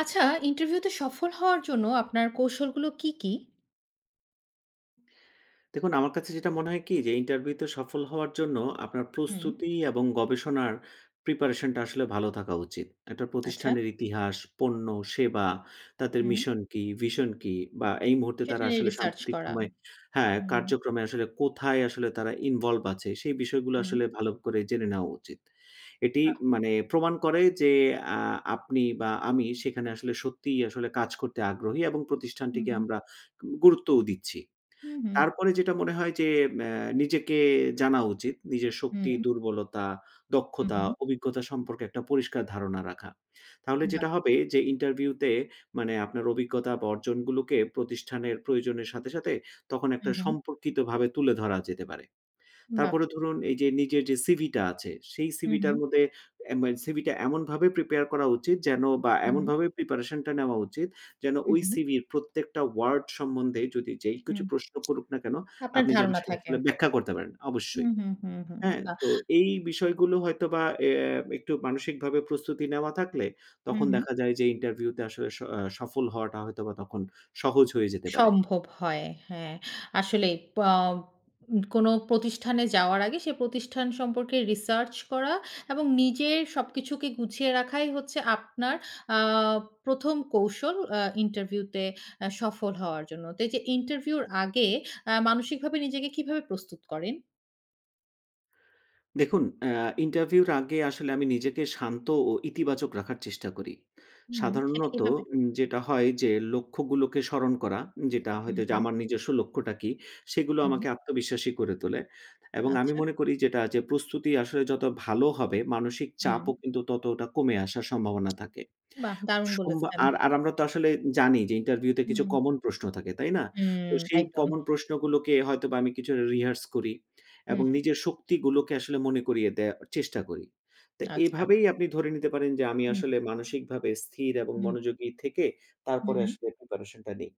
আচ্ছা, ইন্টারভিউতে সফল হওয়ার জন্য আপনার কৌশলগুলো কি, কি? দেখুন, আমার কাছে যেটা মনে হয় কি যে ইন্টারভিউতে সফল হওয়ার জন্য আপনার হুম, প্রস্তুতি এবং গবেষণার প্রিপারেশনটা আসলে ভালো থাকা উচিত। একটা আচ্ছা। প্রতিষ্ঠানের ইতিহাস, পণ্য, সেবা, তাদের হুম। মিশন কি, ভিশন কি বা এই মুহূর্তে সেটা তারা নিয়ে আসলে রিসার্চ সাম্প্রতিক করা। সময়ে, হ্যাঁ, হুম, কার্যক্রমে আসলে কোথায় আসলে তারা ইনভলভ আছে সেই বিষয়গুলো হুম, আসলে ভালো করে জেনে নেওয়া উচিত। এটি বাহ! মানে প্রমাণ করে যে আ আপনি বা আমি সেখানে আসলে সত্যিই আসলে কাজ করতে আগ্রহী এবং হুম, প্রতিষ্ঠানটিকে হুম, আমরা গুরুত্বও দিচ্ছি। হুম, হুম, তারপরে যেটা মনে হয় যে অ্যা নিজেকে জানা উচিত। নিজের শক্তি, হুম, দুর্বলতা, হুম, দক্ষতা, হুম, অভিজ্ঞতা সম্পর্কে একটা পরিষ্কার ধারণা রাখা। তাহলে বাহ! যেটা হবে যে ইন্টারভিউতে মানে আপনার অভিজ্ঞতা বা অর্জনগুলোকে প্রতিষ্ঠানের প্রয়োজনের সাথে তখন হুম, একটা হুম, সম্পর্কিতভাবে তুলে ধরা যেতে পারে। বাহ! তারপরে ধরুন এই যে নিজের যে সিভিটা আছে, সেই হুম, সিভিটার হুম, মধ্যে মানে সিভিটা এমনভাবে প্রিপেয়ার করা উচিত যেন, বা হুম, এমনভাবে প্রিপারেশনটা নেওয়া উচিত যেন হুম, ওই হুম, সিভির প্রত্যেকটা ওয়ার্ড সম্বন্ধে যদি যেই কিছু হুম। প্রশ্ন করুক না কেন, আপনার আপনি যেন ধারণা সেটা থাকে। আসলে ব্যাখ্যা করতে পারেন হুম, অবশ্যই। হুম, হুম, হুম। হ্যাঁ? বাহ! তো এই বিষয়গুলো হয়তোবা এ একটু মানসিকভাবে প্রস্তুতি নেওয়া থাকলে হুম, তখন হুম। দেখা যায় যে ইন্টারভিউতে আসলে স আ সফল হওয়াটা হয়তোবা তখন সহজ হয়ে যেতে পারে। সম্ভব হয়। হ্যাঁ, আসলেই পা উম কোনো প্রতিষ্ঠানে যাওয়ার আগে সে প্রতিষ্ঠান সম্পর্কে রিসার্চ করা এবং নিজের সবকিছুকে গুছিয়ে রাখাই হচ্ছে আপনার আ ১ম কৌশল ইন্টারভিউতে সফল হওয়ার জন্য। তো এই যে ইন্টারভিউর আগে মানসিকভাবে নিজেকে কিভাবে প্রস্তুত করেন? দেখুন, আ ইন্টারভিউর আগে আসলে আমি নিজেকে শান্ত ও ইতিবাচক রাখার চেষ্টা করি। হুম। সেটা সাধারণত কিভাবে? যেটা হয় যে লক্ষ্যগুলোকে স্মরণ করা, যেটা হুম, হয়তো যে হুম, আমার নিজস্ব লক্ষ্যটা কি, সেগুলো হুম। আমাকে আত্মবিশ্বাসী করে তোলে। এবং আমি আচ্ছা। মনে করি যেটা যে প্রস্তুতি আসলে যত ভালো হবে, মানসিক হুম। চাপও কিন্তু ততটা কমে আসার সম্ভাবনা থাকে। বাহ! দারুণ সম্বা বলেছেন। আর আর আমরা তো আসলে জানি যে ইন্টারভিউতে কিছু হুম। কমন প্রশ্ন থাকে, তাই না? হুম, তো সেই একদম। কমন প্রশ্নগুলোকে হয়তোবা আমি কিছু রিহার্স করি হুম, এবং নিজের শক্তিগুলোকে আসলে মনে করিয়ে দেওয়ার চেষ্টা করি। তো আচ্ছা। এভাবেই আপনি ধরে নিতে পারেন যে আমি হুম, আসলে মানসিকভাবে স্থির এবং হুম, মনোযোগী থেকে হুম, তারপরে হুম। আসলে প্রিপারেশনটা নেই।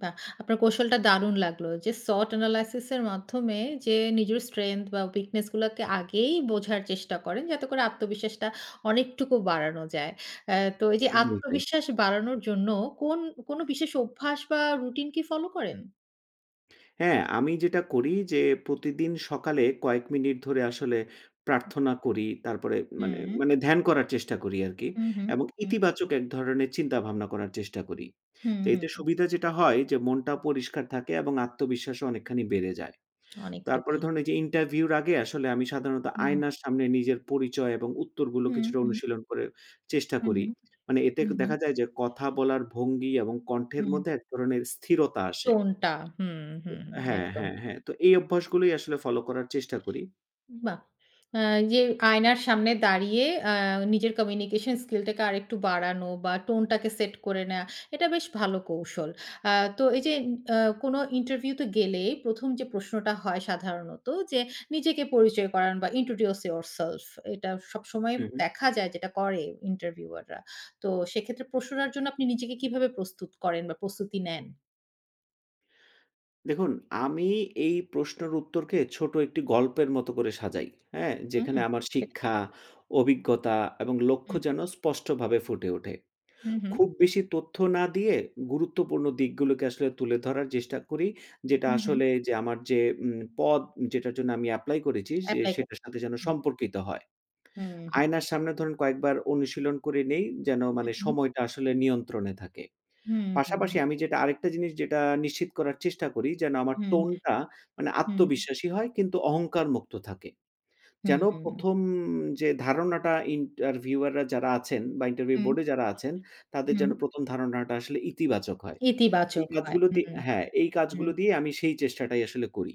বাহ! আপনার কৌশলটা দারুণ লাগলো। যে SWOT analysis এর মাধ্যমে যে নিজের strength বা weakness গুলাকে আগেই বোঝার চেষ্টা করেন যাতে করে আত্মবিশ্বাসটা অনেকটুকু বাড়ানো যায়। তো এই যে একদমই তাই। আত্মবিশ্বাস বাড়ানোর জন্য কোন কোন বিশেষ অভ্যাস বা রুটিন কি ফলো করেন? হ্যাঁ, আমি যেটা করি যে প্রতিদিন সকালে কয়েক মিনিট ধরে আসলে প্রার্থনা করি। তারপরে মানে, হুম, মানে ধ্যান করার চেষ্টা করি আরকি। হুম, হুম, এবং হুম, ইতিবাচক এক ধরনের চিন্তাভাবনা করার চেষ্টা করি। হুম, তো এতে হুম। সুবিধা যেটা হয় যে মনটা পরিষ্কার থাকে এবং আত্মবিশ্বাসও অনেকখানি বেড়ে যায়। তারপরে অনেকটুকুই। ধরুন এই যে ইন্টারভিউর আগে আসলে আমি সাধারণত হুম, আয়নার সামনে নিজের পরিচয় এবং উত্তরগুলো হুম, কিছুটা হুম, অনুশীলন করে চেষ্টা হুম, করি। হুম, মানে এতে হুম, দেখা যায় যে কথা বলার ভঙ্গি এবং কণ্ঠের হুম। মধ্যে এক ধরনের স্থিরতা আসে। টোনটা। হুম, হুম, হুম, হ্যাঁ, একদম। হ্যাঁ, হ্যাঁ। তো এই অভ্যাসগুলোই আসলে ফলো করার চেষ্টা করি। বাহ! আ যে আয়নার সামনে দাঁড়িয়ে আ নিজের কমিউনিকেশন স্কিলটাকে আরেকটু বাড়ানো বা টোনটাকে সেট করে নেয়া, এটা বেশ ভালো কৌশল। আ তো এই যে আ কোনো ইন্টারভিউতে গেলে ১ম যে প্রশ্নটা হয় সাধারণত যে, নিজেকে পরিচয় করান বা introduce yourself এটা সবসময় হু, হু। দেখা যায় যেটা করে ইন্টারভিউয়াররা। তো সেক্ষেত্রে প্রশ্নটার জন্য আপনি নিজেকে কিভাবে প্রস্তুত করেন বা প্রস্তুতি নেন? দেখুন, আমি এই প্রশ্নের উত্তরকে ছোট একটি গল্পের মতো করে সাজাই। হ্যাঁ? হুম, যেখানে আমার সেটা শিক্ষা, অভিজ্ঞতা এবং লক্ষ্য হুম, যেন স্পষ্টভাবে ফুটে ওঠে। হুম, খুব বেশি তথ্য না দিয়ে গুরুত্বপূর্ণ দিকগুলোকে আসলে তুলে ধরার চেষ্টা করি। যেটা হুম, হুম, আসলে যে আমার যে পদ যেটার জন্য আমি এপ্লাই করেছি যে অ্যাপ্লাই হুম, এপ্লাই করে। সেটার সাথে যেন সম্পর্কিত হয়। হুম, হুম, হুম, হুম, আয়নার সামনে ধরুন কয়েকবার অনুশীলন করে নেই যেন হুম, মানে হুম। সময়টা আসলে নিয়ন্ত্রণে থাকে। হুম, হুম। পাশাপাশি আমি যেটা আরেকটা জিনিস যেটা নিশ্চিত করার চেষ্টা করি যেন আমার হুম, টোনটা মানে হুম, আত্মবিশ্বাসী হয় কিন্তু অহংকার মুক্ত থাকে। হুম, যেন হুম, ১ম যে ধারণাটা ইন্টারভিউয়াররা যারা আছেন বা ইন্টারভিউ বোর্ডে যারা আছেন তাদের হুম। যেন ১ম ধারণাটা আসলে ইতিবাচক হয়। এই ইতিবাচক হয়। কাজগুলো দিয়ে হুম, হ্যাঁ, এই হুম। কাজগুলো দিয়ে আমি সেই চেষ্টাটাই আসলে করি।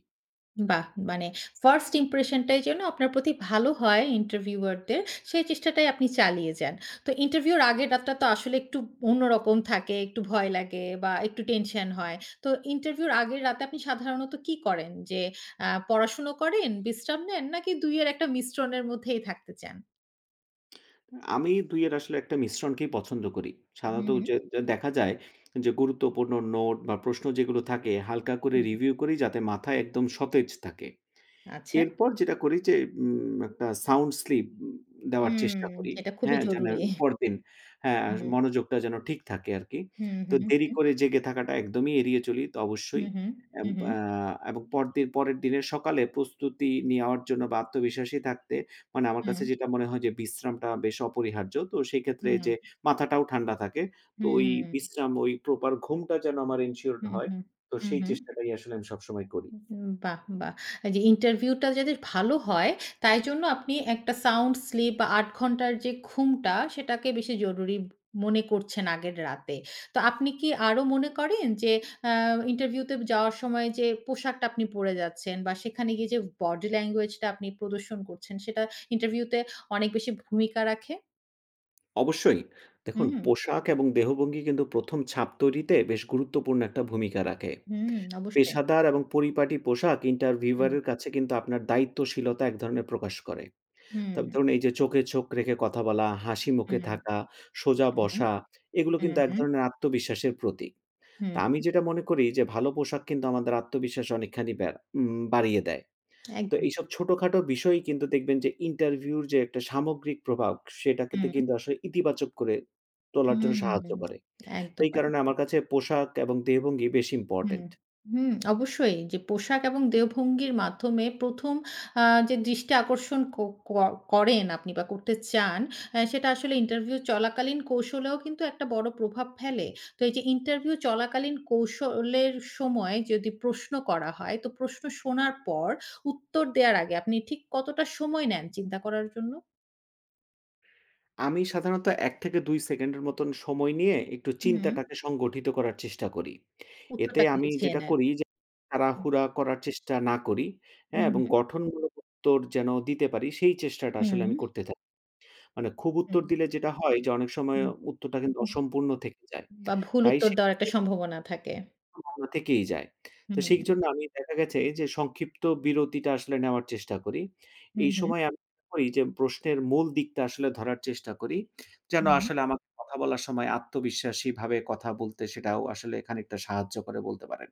বাহ! মানে ফার্স্ট ইমপ্রেশন টাই যেন আপনার প্রতি ভালো হয় ইন্টারভিউয়ার দের, সেই চেষ্টাটাই আপনি চালিয়ে যান। তো ইন্টারভিউ এর আগের রাতটা তো আসলে একটু অন্যরকম থাকে, একটু ভয় লাগে বা একটু টেনশন হয়। তো ইন্টারভিউ এর আগের রাতে আপনি সাধারণত কি করেন? যে পড়াশুনো করেন, বিশ্রাম নেন নাকি ২ এর একটা মিশ্রণের মধ্যেই থাকতে চান? আমি ২ এর আসলে একটা মিশ্রণকেই পছন্দ করি। হুম, সাধারণত হুম, যে যে দেখা যায় যে গুরুত্বপূর্ণ নোট বা প্রশ্ন যেগুলো থাকে হালকা করে হুম। রিভিউ করি যাতে মাথায় একদম সতেজ থাকে। আচ্ছা। এরপর যেটা করি যে একটা সাউন্ড স্লিপ দেওয়ার হুম, চেষ্টা করি। যেটা খুবই হ্যাঁ, যেন জরুরি। পরদিন, হ্যাঁ, হুম। মনোযোগটা যেন ঠিক থাকে আরকি। হুম, তো হুম, দেরি হুম। করে জেগে থাকাটা একদমই এড়িয়ে চলি তো হু, অবশ্যই। হু, হু, এব হু। আ এবং পরদিন পরের দিনের সকালে প্রস্তুতি নেওয়ার জন্য বা আত্মবিশ্বাসী থাকতে মানে আমার কাছে হুম, যেটা মনে হয় যে বিশ্রামটা বেশ অপরিহার্য। তো সেক্ষেত্রে হুম, যে মাথাটাও ঠান্ডা থাকে। তো ওই হুম, বিশ্রাম ওই প্রপার ঘুমটা যেন আমার এনশিওরড হুম, হয়। হুম, তো হুম, সেই হুম। চেষ্টাটাই আসলে আমি সবসময় করি। বাহ! বাহ! যে ইন্টারভিউটা যাতে ভালো হয়, তাই জন্য আপনি একটা সাউন্ড স্লিপ বা ৮ ঘন্টার যে ঘুমটা, সেটাকে বেশি জরুরি মনে করছেন আগের রাতে। তো আপনি কি আরো মনে করেন যে আ ইন্টারভিউতে যাওয়ার সময় যে পোশাকটা আপনি পরে যাচ্ছেন বা সেখানে গিয়ে যে বডি ল্যাঙ্গুয়েজটা আপনি প্রদর্শন করছেন, সেটা ইন্টারভিউতে অনেক বেশি ভূমিকা রাখে? অবশ্যই। দেখুন, হুম, পোশাক এবং দেহভঙ্গি কিন্তু ১ম ছাপ তৈরিতে বেশ গুরুত্বপূর্ণ একটা ভূমিকা রাখে। হুম, অবশ্যই। পেশাদার এবং পরিপাটি পোশাক হুম। ইন্টারভিউয়ারের কাছে কিন্তু আপনার দায়িত্বশীলতা এক ধরনের প্রকাশ করে। হুম, তবে ধরুন এই যে চোখে চোখ রেখে কথা বলা, হাসি মুখে হুম, থাকা, সোজা হুম, হুম, বসা, এগুলো কিন্তু এক হুম, ধরনের আত্মবিশ্বাসের প্রতীক। তা হুম, আমি যেটা মনে করি যে ভালো পোশাক কিন্তু আমাদের আত্মবিশ্বাস অনেকখানি বেড়া উম বাড়িয়ে দেয়। তো একদম। এইসব ছোটখাটো বিষয়ই কিন্তু দেখবেন যে ইন্টারভিউর যে একটা সামগ্রিক প্রভাব সেটাকেতে হুম, কিন্তু আসলে ইতিবাচক করে তোলার জন্য হুম, সাহায্য করে। তো একদম, এই কারণে আমার কাছে পোশাক এবং দেহভঙ্গি বেশ হুম, ইম্পোর্টেন্ট। হুম, অবশ্যই যে পোশাক এবং দেহভঙ্গির মাধ্যমে ১ম আ যে দৃষ্টি আকর্ষণ ক ক করেন আপনি বা করতে চান, সেটা আসলে ইন্টারভিউ চলাকালীন কৌশলেও কিন্তু একটা বড় প্রভাব ফেলে। তো এই যে ইন্টারভিউ চলাকালীন কৌশলের সময় যদি প্রশ্ন করা হয়, তো প্রশ্ন শোনার পর উত্তর দেওয়ার আগে আপনি ঠিক কতটা সময় নেন চিন্তা করার জন্য? আমি সাধারণত ১-২ সেকেন্ডের মতন সময় নিয়ে একটু হুম। চিন্তাটাকে সংগঠিত করার চেষ্টা করি। এতে উত্তরটাকে আমি গুছিয়ে যেটা নেন। করি যে হুম। তাড়াহুড়া করার চেষ্টা না করি, হ্যাঁ? হুম, এবং হুম, গঠনমূলক উত্তর যেন দিতে পারি সেই চেষ্টাটা আসলে আমি করতে মানে খুব হুম, উত্তর দিলে যেটা হয় যে অনেক সময় হুম, উত্তরটা কিন্তু হুম। অসম্পূর্ণ থেকে যায়। বা ভুল তাই উত্তর দেওয়ার একটা সেক্ষেত্রে সম্ভাবনা থাকে। সম্ভাবনা থেকেই যায়। তো হুম, হুম, সেইজন্য আমি দেখা গেছে যে সংক্ষিপ্ত বিরতিটা আসলে নেওয়ার চেষ্টা করি। হুম, এই হুম। সময় আমি যেটা করি যে প্রশ্নের মূল দিকটা আসলে ধরার চেষ্টা করি। যেন আসলে আমাকে কথা বলার সময় আত্মবিশ্বাসীভাবে কথা বলতে সেটাও আসলে খানিকটা সাহায্য করে বলতে পারেন।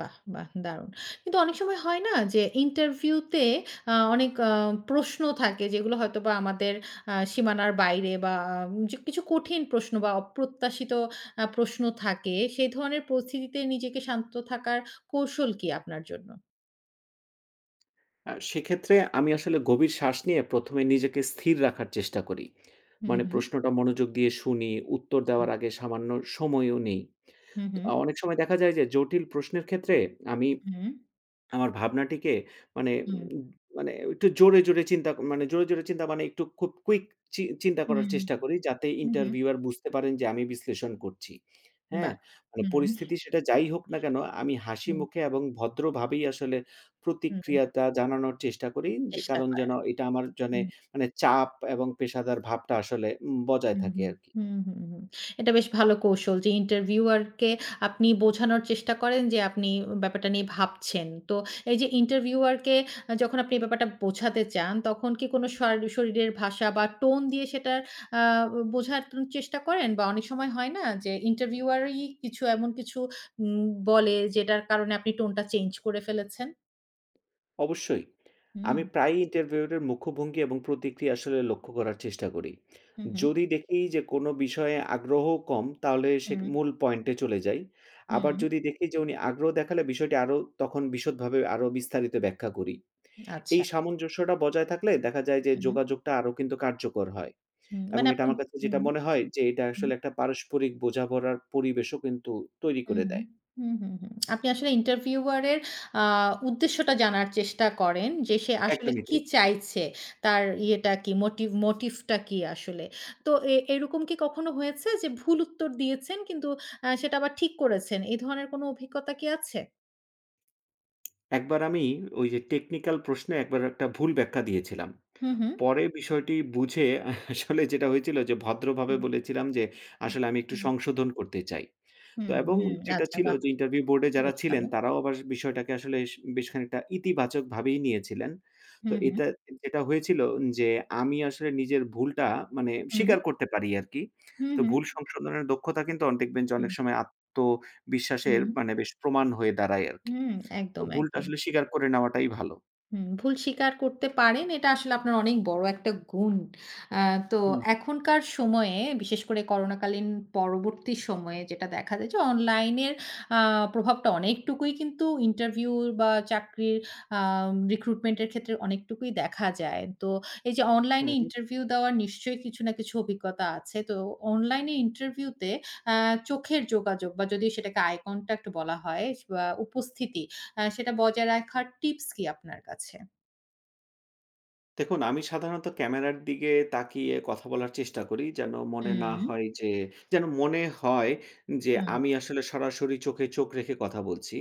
বাহ! বাহ! দারুণ। কিন্তু অনেক সময় হয় না যে ইন্টারভিউতে অনেক প্রশ্ন থাকে যেগুলো হয়তোবা আমাদের সীমানার বাইরে বা যে কিছু কঠিন প্রশ্ন বা অপ্রত্যাশিত প্রশ্ন থাকে। সেই ধরনের পরিস্থিতিতে নিজেকে শান্ত থাকার কৌশল কি আপনার জন্য? সেক্ষেত্রে আমি আসলে গভীর শ্বাস নিয়ে ১ম এ নিজেকে স্থির রাখার চেষ্টা করি। হুম, মানে হুম, প্রশ্নটা মনোযোগ দিয়ে শুনি, উত্তর হুম, দেওয়ার আগে সামান্য সময়ও নেই। হুম, হুম, অনেক সময় দেখা যায় যে জটিল প্রশ্নের ক্ষেত্রে আমি হুম, আমার ভাবনাটিকে মানে হুম, উম মানে একটু জোরে, জোরে চিন্তা মানে একটু খুব কুইক চিন্তা করার চেষ্টা করি যাতে হুম, হুম। ইন্টারভিউয়ার বুঝতে পারেন যে আমি বিশ্লেষণ করছি। হ্যাঁ? বাহ! মানে হুম, পরিস্থিতি সেটা যাই হোক না কেন আমি হাসি হুম, মুখে এবং ভদ্রভাবেই আসলে হুম, প্রতিক্রিয়াটা জানানোর চেষ্টা করি। যে চেষ্টা কারণ করার। যেন এটা আমার জন্যে হুম, মানে চাপ এবং পেশাদার ভাবটা আসলে বজায় হুম, থাকে হুম, আরকি। হুম, হুম, হুম। এটা বেশ ভালো কৌশল যে ইন্টারভিউয়ারকে আপনি বোঝানোর চেষ্টা করেন যে আপনি ব্যাপারটা নিয়ে ভাবছেন। তো এই যে ইন্টারভিউয়ারকে যখন আপনি ব্যাপারটা বোঝাতে চান তখন কি কোনো শরীরের ভাষা বা টোন দিয়ে সেটার আ বোঝার চেষ্টা করেন? বা অনেক সময় হয় না যে ইন্টারভিউয়ারই কিছু এমন কিছু উম বলে যেটার কারণে আপনি টোনটা চেঞ্জ করে ফেলেছেন? অবশ্যই। হুম, আমি প্রায়ই ইন্টারভিউয়ের মুখভঙ্গি এবং প্রতিক্রিয়া আসলে লক্ষ্য করার চেষ্টা করি। হুম, হুম, যদি দেখি যে কোনো বিষয়ে আগ্রহ কম তাহলে সে মূল পয়েন্টে চলে যাই। হুম, আবার হুম, যদি দেখি যে উনি আগ্রহ দেখালে বিষয়টি আরো তখন বিশদভাবে আরো বিস্তারিত ব্যাখ্যা করি। আচ্ছা। এই সামঞ্জস্যটা বজায় থাকলে দেখা যায় যে হুম, যোগাযোগটা আরো কিন্তু কার্যকর হয়। হুম। এবং মানে এটা আপনি আমার কাছে হুম, যেটা হুম, মনে হয় যে এটা হুম, আসলে একটা পারস্পরিক বোঝাপড়ার পরিবেশও কিন্তু তৈরি হুম, করে দেয়। হুম, হুম, হুম। আপনি আসলে ইন্টারভিউয়ারের আ উদ্দেশ্যটা জানার চেষ্টা করেন যে সে আসলে একদমই কি তাই। চাইছে? তার ইয়েটা কি? মোটিভটা কি আসলে? তো এরকম কি কখনো হয়েছে যে ভুল উত্তর দিয়েছেন কিন্তু সেটা আবার ঠিক করেছেন? এই ধরনের কোনো অভিজ্ঞতা কি আছে? একবার আমি ওই যে টেকনিক্যাল প্রশ্নে একবার একটা ভুল ব্যাখ্যা দিয়েছিলাম। হুম, হুম, পরে বিষয়টি বুঝে আসলে যেটা হয়েছিল যে ভদ্রভাবে হুম, বলেছিলাম যে হুম, আসলে আমি একটু হুম, সংশোধন করতে চাই। তো হুম, এবং হুম। যেটা আচ্ছা ছিল বাহ! যে ইন্টারভিউ বোর্ডে যারা বেশ ছিলেন ভালো। তারাও আবার বিষয়টাকে আসলে স বেশ খানিকটা ইতিবাচকভাবেই নিয়েছিলেন। তো হুম, হুম, এটা যেটা হয়েছিল যে আমি আসলে নিজের ভুলটা মানে হুম, স্বীকার করতে পারি আরকি। হুম, তো হুম, ভুল সংশোধনের দক্ষতা কিন্তু দেখবেন যে হুম, অনেক সময় আত্মবিশ্বাসের হুম, মানে বেশ প্রমাণ হয়ে দাঁড়ায় আরকি। হুম, তো একদম, ভুলটা একদম। আসলে স্বীকার করে নেওয়াটাই ভালো। হুম, ভুল স্বীকার করতে পারেন। এটা আসলে আপনার অনেক বড় একটা গুণ। আ তো হুম, হুম। এখনকার সময়ে বিশেষ করে করোনাকালীন পরবর্তী সময়ে যেটা দেখা যায় যে অনলাইনের আ প্রভাবটা অনেকটুকুই কিন্তু ইন্টারভিউ বা চাকরির রিক্রুটমেন্ট এর ক্ষেত্রে অনেকটুকুই দেখা যায়। তো এই যে হুম, অনলাইনে হুম। ইন্টারভিউ দেওয়ার নিশ্চয়ই কিছু না কিছু অভিজ্ঞতা আছে। তো অনলাইনে ইন্টারভিউতে আ চোখের যোগাযোগ বা যদি সেটাকে আই কনট্যাক্ট বলা হয় বা উপস্থিতি হ্যাঁ, সেটা বজায় রাখার টিপস কি আপনার কাছে? দেখুন, আমি সাধারণত ক্যামেরার দিকে তাকিয়ে কথা বলার চেষ্টা করি হুম, যেন মনে হয় যে হুম, আমি আসলে সরাসরি চোখে চোখ রেখে কথা বলছি।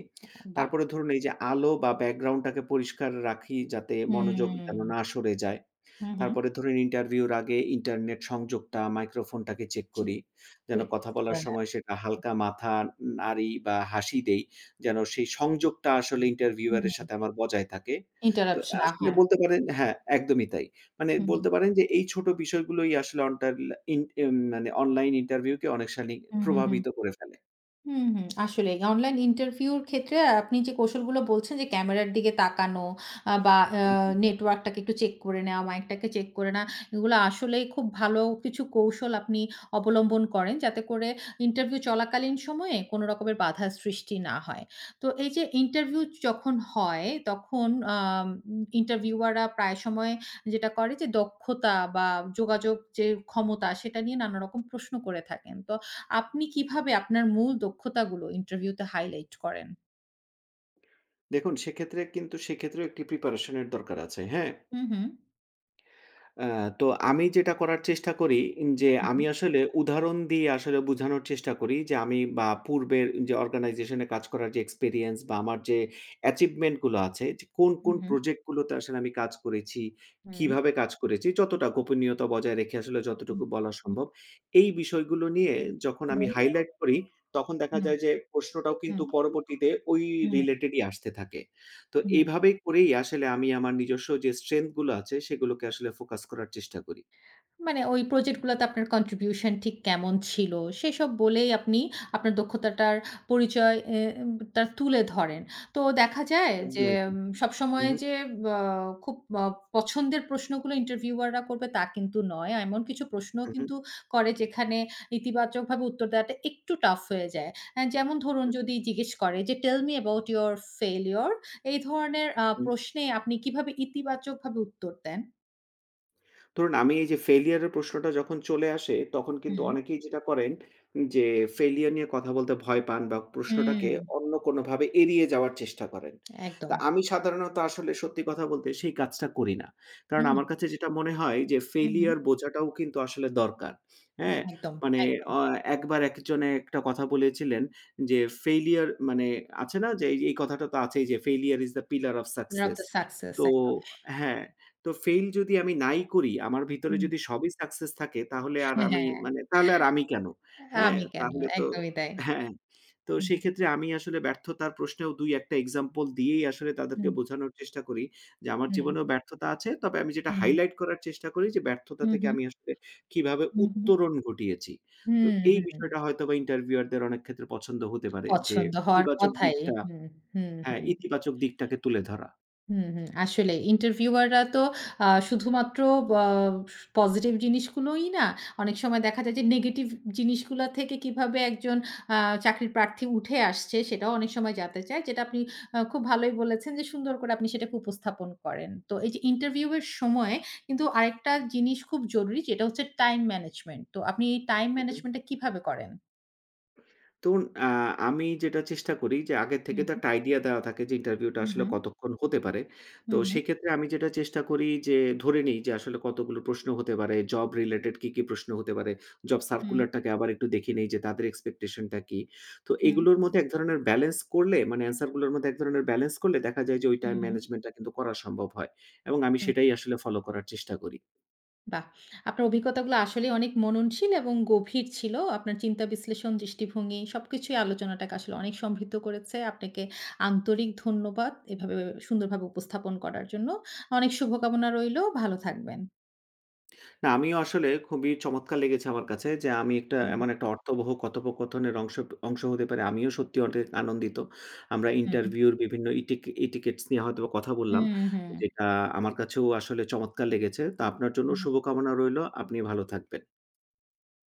বাহ! তারপরে ধরুন এই যে আলো বা ব্যাকগ্রাউন্ডটাকে পরিষ্কার রাখি যাতে মনোযোগ যেন হুম, না সরে যায়। হুম, হুম। তারপরে ধরুন ইন্টারভিউর আগে ইন্টারনেট সংযোগটা, মাইক্রোফোনটাকে চেক ঠিক, করি। যেন ঠিক, কথা টেস্ট বলার করে নেন। সময় সেটা হালকা মাথা নাড়ি বা হাসি দেই। যেন সেই সংযোগটা আসলে ইন্টারভিউয়ার এর হুম, সাথে আমার বজায় থাকে। তো ইন্টারাপ্ট না আসলে হয়। বলতে পারেন, হ্যাঁ, একদমই তাই। মানে হুম, বলতে পারেন যে এই ছোট বিষয়গুলোই আসলে অন্টার ইন এম মানে অনলাইন ইন্টারভিউকে অনেক শালি হুম, হুম, হুম। প্রভাবিত করে ফেলে। হুম, হুম। আসলেই অনলাইন ইন্টারভিউর ক্ষেত্রে আপনি যে কৌশলগুলো বলছেন যে ক্যামেরার দিকে তাকানো বা হু, হু। নেটওয়ার্কটাকে একটু চেক করে নেওয়া, মাইকটাকে চেক করে নেওয়া, এগুলো আসলেই খুব ভালো কিছু কৌশল আপনি অবলম্বন করেন যাতে করে ইন্টারভিউ চলাকালীন সময়ে কোনো রকমের বাধার সৃষ্টি না হয়। তো এই যে ইন্টারভিউ যখন হয় তখন আম ইন্টারভিউয়াররা প্রায় সময় যেটা করে যে দক্ষতা বা যোগাযোগ যে ক্ষমতা সেটা নিয়ে নানা রকম প্রশ্ন করে থাকেন। তো আপনি কিভাবে আপনার মূল দক্ষতাগুলো ইন্টারভিউতে হাইলাইট করেন? দেখুন, সেক্ষেত্রে কিন্তু সেক্ষেত্রেও একটি প্রিপারেশন এর দরকার আছে, হ্যাঁ? হু, হু। আ তো আমি যেটা করার চেষ্টা করি যে হু, হু, আমি আসলে উদাহরণ দিয়ে আসলে বুঝানোর চেষ্টা করি যে আমি বা পূর্বের যে অর্গানাইজেশনে কাজ করার যে এক্সপেরিয়েন্স বা আমার যে অ্যাচিভমেন্ট গুলো আছে যে কোন, কোন হু, প্রজেক্ট গুলোতে আসলে আমি কাজ করেছি, হু, কিভাবে কাজ করেছি যতটা গোপনীয়তা বজায় রেখে আসলে হু, যতটুকু বলা হু, সম্ভব। এই বিষয়গুলো নিয়ে যখন আমি হু, হাইলাইট করি তখন হু, দেখা যায় যে প্রশ্নটাও হু, কিন্তু পরবর্তীতে ওই হু, রিলেটেডই আসতে থাকে। তো হু, হু। এইভাবেই করেই আসলে আমি আমার নিজস্ব যে স্ট্রেংথ গুলো আছে সেগুলোকে আসলে ফোকাস করার চেষ্টা করি। মানে ওই প্রজেক্ট গুলাতে আপনার কন্ট্রিবিউশন ঠিক কেমন ছিল, সেসব বলেই আপনি আপনার দক্ষতাটার পরিচয় এ টা তুলে ধরেন। তো দেখা যায় যে একদমই তাই। হু, সবসময় হু, যে আ খুব আ পছন্দের প্রশ্নগুলো ইন্টারভিউয়াররা করবে তা কিন্তু নয়। এমন কিছু প্রশ্নও হু, কিন্তু করে যেখানে ইতিবাচকভাবে উত্তর দেওয়াটা একটু টাফ হয়ে যায়। যেমন ধরুন হু, হু, যদি জিজ্ঞেস করে যে, "tell me about your failure" এই ধরনের হু। প্রশ্নে আপনি কিভাবে ইতিবাচকভাবে উত্তর দেন? ধরুন, আমি এই যে ফেইলিউর এর প্রশ্নটা যখন চলে আসে, তখন কিন্তু হুম, অনেকেই যেটা করেন যে ফেইলিউর নিয়ে কথা বলতে ভয় পান বা প্রশ্নটাকে হুম, অন্য কোনোভাবে এড়িয়ে যাওয়ার চেষ্টা করেন। একদম। তা আমি সাধারণত আসলে সত্যি কথা বলতে সেই কাজটা করি না। কারণ হুম, আমার কাছে যেটা মনে হয় যে হুম, হুম। ফেইলিউর বোঝাটাও কিন্তু আসলে দরকার। হ্যাঁ? একদম, মানে একদম। অ একবার একজনে একটা কথা বলেছিলেন যে ফেইলিউর মানে আছে না যে এই এই কথাটা তো আছেই যে "failure is the pillar of winner of success". the success তো একদম। হ্যাঁ। তো ফেইল যদি আমি নাই করি, আমার ভিতরে হুম, যদি সবই সাকসেস থাকে তাহলে আর হ্যাঁ, আমি হ্যাঁ। মানে তাহলে আর আমি কেন? হ্যাঁ? আমি কেন? তাহলে তো একদমই তাই। হ্যাঁ, তো হুম, সেক্ষেত্রে আমি আসলে ব্যর্থতার প্রশ্নেও ২-১ টা এক্সাম্পল দিয়েই আসলে তাদেরকে হুম, বোঝানোর চেষ্টা করি যে আমার হুম, জীবনেও ব্যর্থতা আছে। তবে আমি যেটা হুম, হাইলাইট করার চেষ্টা করি যে ব্যর্থতা হুম, থেকে হুম, আমি আসলে কিভাবে হুম, উত্তরণ ঘটিয়েছি। হুম, তো এই হুম, হুম। বিষয়টা হয়তোবা ইন্টারভিউয়ার দের অনেক ক্ষেত্রে পছন্দ হতে পারে যে পছন্দ হওয়ার ইতিবাচক কথাই। দিকটা, হুম, হুম, হ্যাঁ, হুম। ইতিবাচক দিকটাকে তুলে ধরা। হুম, হুম। আসলে ইন্টারভিউয়াররা তো শুধুমাত্র বা পজিটিভ জিনিসগুলোই না, অনেক সময় দেখা যায় যে নেগেটিভ জিনিসগুলা থেকে কিভাবে একজন আ চাকরির প্রার্থী উঠে আসছে সেটাও অনেক সময় জানতে চায়। যেটা আপনি খুব ভালোই বলেছেন যে সুন্দর করে আপনি সেটাকে উপস্থাপন করেন। তো এই যে ইন্টারভিউ এর সময়ে কিন্তু আরেকটা জিনিস খুব জরুরি যেটা হচ্ছে টাইম ম্যানেজমেন্ট। তো আপনি এই টাইম ম্যানেজমেন্ট টা কিভাবে করেন? ধরুন, আ আমি যেটা চেষ্টা করি যে আগের থেকে হুম, তো একটা আইডিয়া দেওয়া থাকে যে ইন্টারভিউটা হুম, আসলে হুম, কতক্ষণ হতে পারে। তো হুম, হুম, সেক্ষেত্রে আমি যেটা চেষ্টা করি যে ধরে নিই যে আসলে কতগুলো প্রশ্ন হতে পারে, জব রিলেটেড কি, কি প্রশ্ন হতে পারে। জব হুম, সার্কুলারটাকে আবার একটু দেখে নেই যে তাদের এক্সপেকটেশন টা কি। তো হুম, এগুলোর মধ্যে এক ধরনের ব্যালেন্স করলে মানে অ্যান্সার গুলোর মধ্যে এক ধরনের ব্যালেন্স করলে দেখা যায় যে ওই হুম, টাইম হুম। ম্যানেজমেন্ট টা কিন্তু করা সম্ভব হয়। এবং আমি সেটাই আসলে ফলো করার চেষ্টা করি। বাহ! আপনার অভিজ্ঞতাগুলো আসলেই অনেক মননশীল এবং গভীর ছিল। আপনার চিন্তা বিশ্লেষণ, দৃষ্টিভঙ্গি সবকিছুই আলোচনাটাকে আসলে অনেক সমৃদ্ধ করেছে। আপনাকে আন্তরিক ধন্যবাদ এভাবে সুন্দরভাবে উপস্থাপন করার জন্য। অনেক শুভকামনা রইলো। ভালো থাকবেন। না, আমিও আসলে খুবই চমৎকার লেগেছে আমার কাছে যে আমি একটা, হুম। এমন একটা অর্থবহ কথোপকথনের অংশ অংশ হতে পারি। আমিও সত্যি অনেক আনন্দিত। আমরা ইন্টারভিউর বিভিন্ন ইটিকেটস নিয়ে হয়তোবা কথা বললাম। হুম, হুম, হুম, যেটা আমার কাছেও আসলে চমৎকার লেগেছে। তো আপনার জন্য হুম। শুভকামনা রইলো। আপনি ভালো থাকবেন।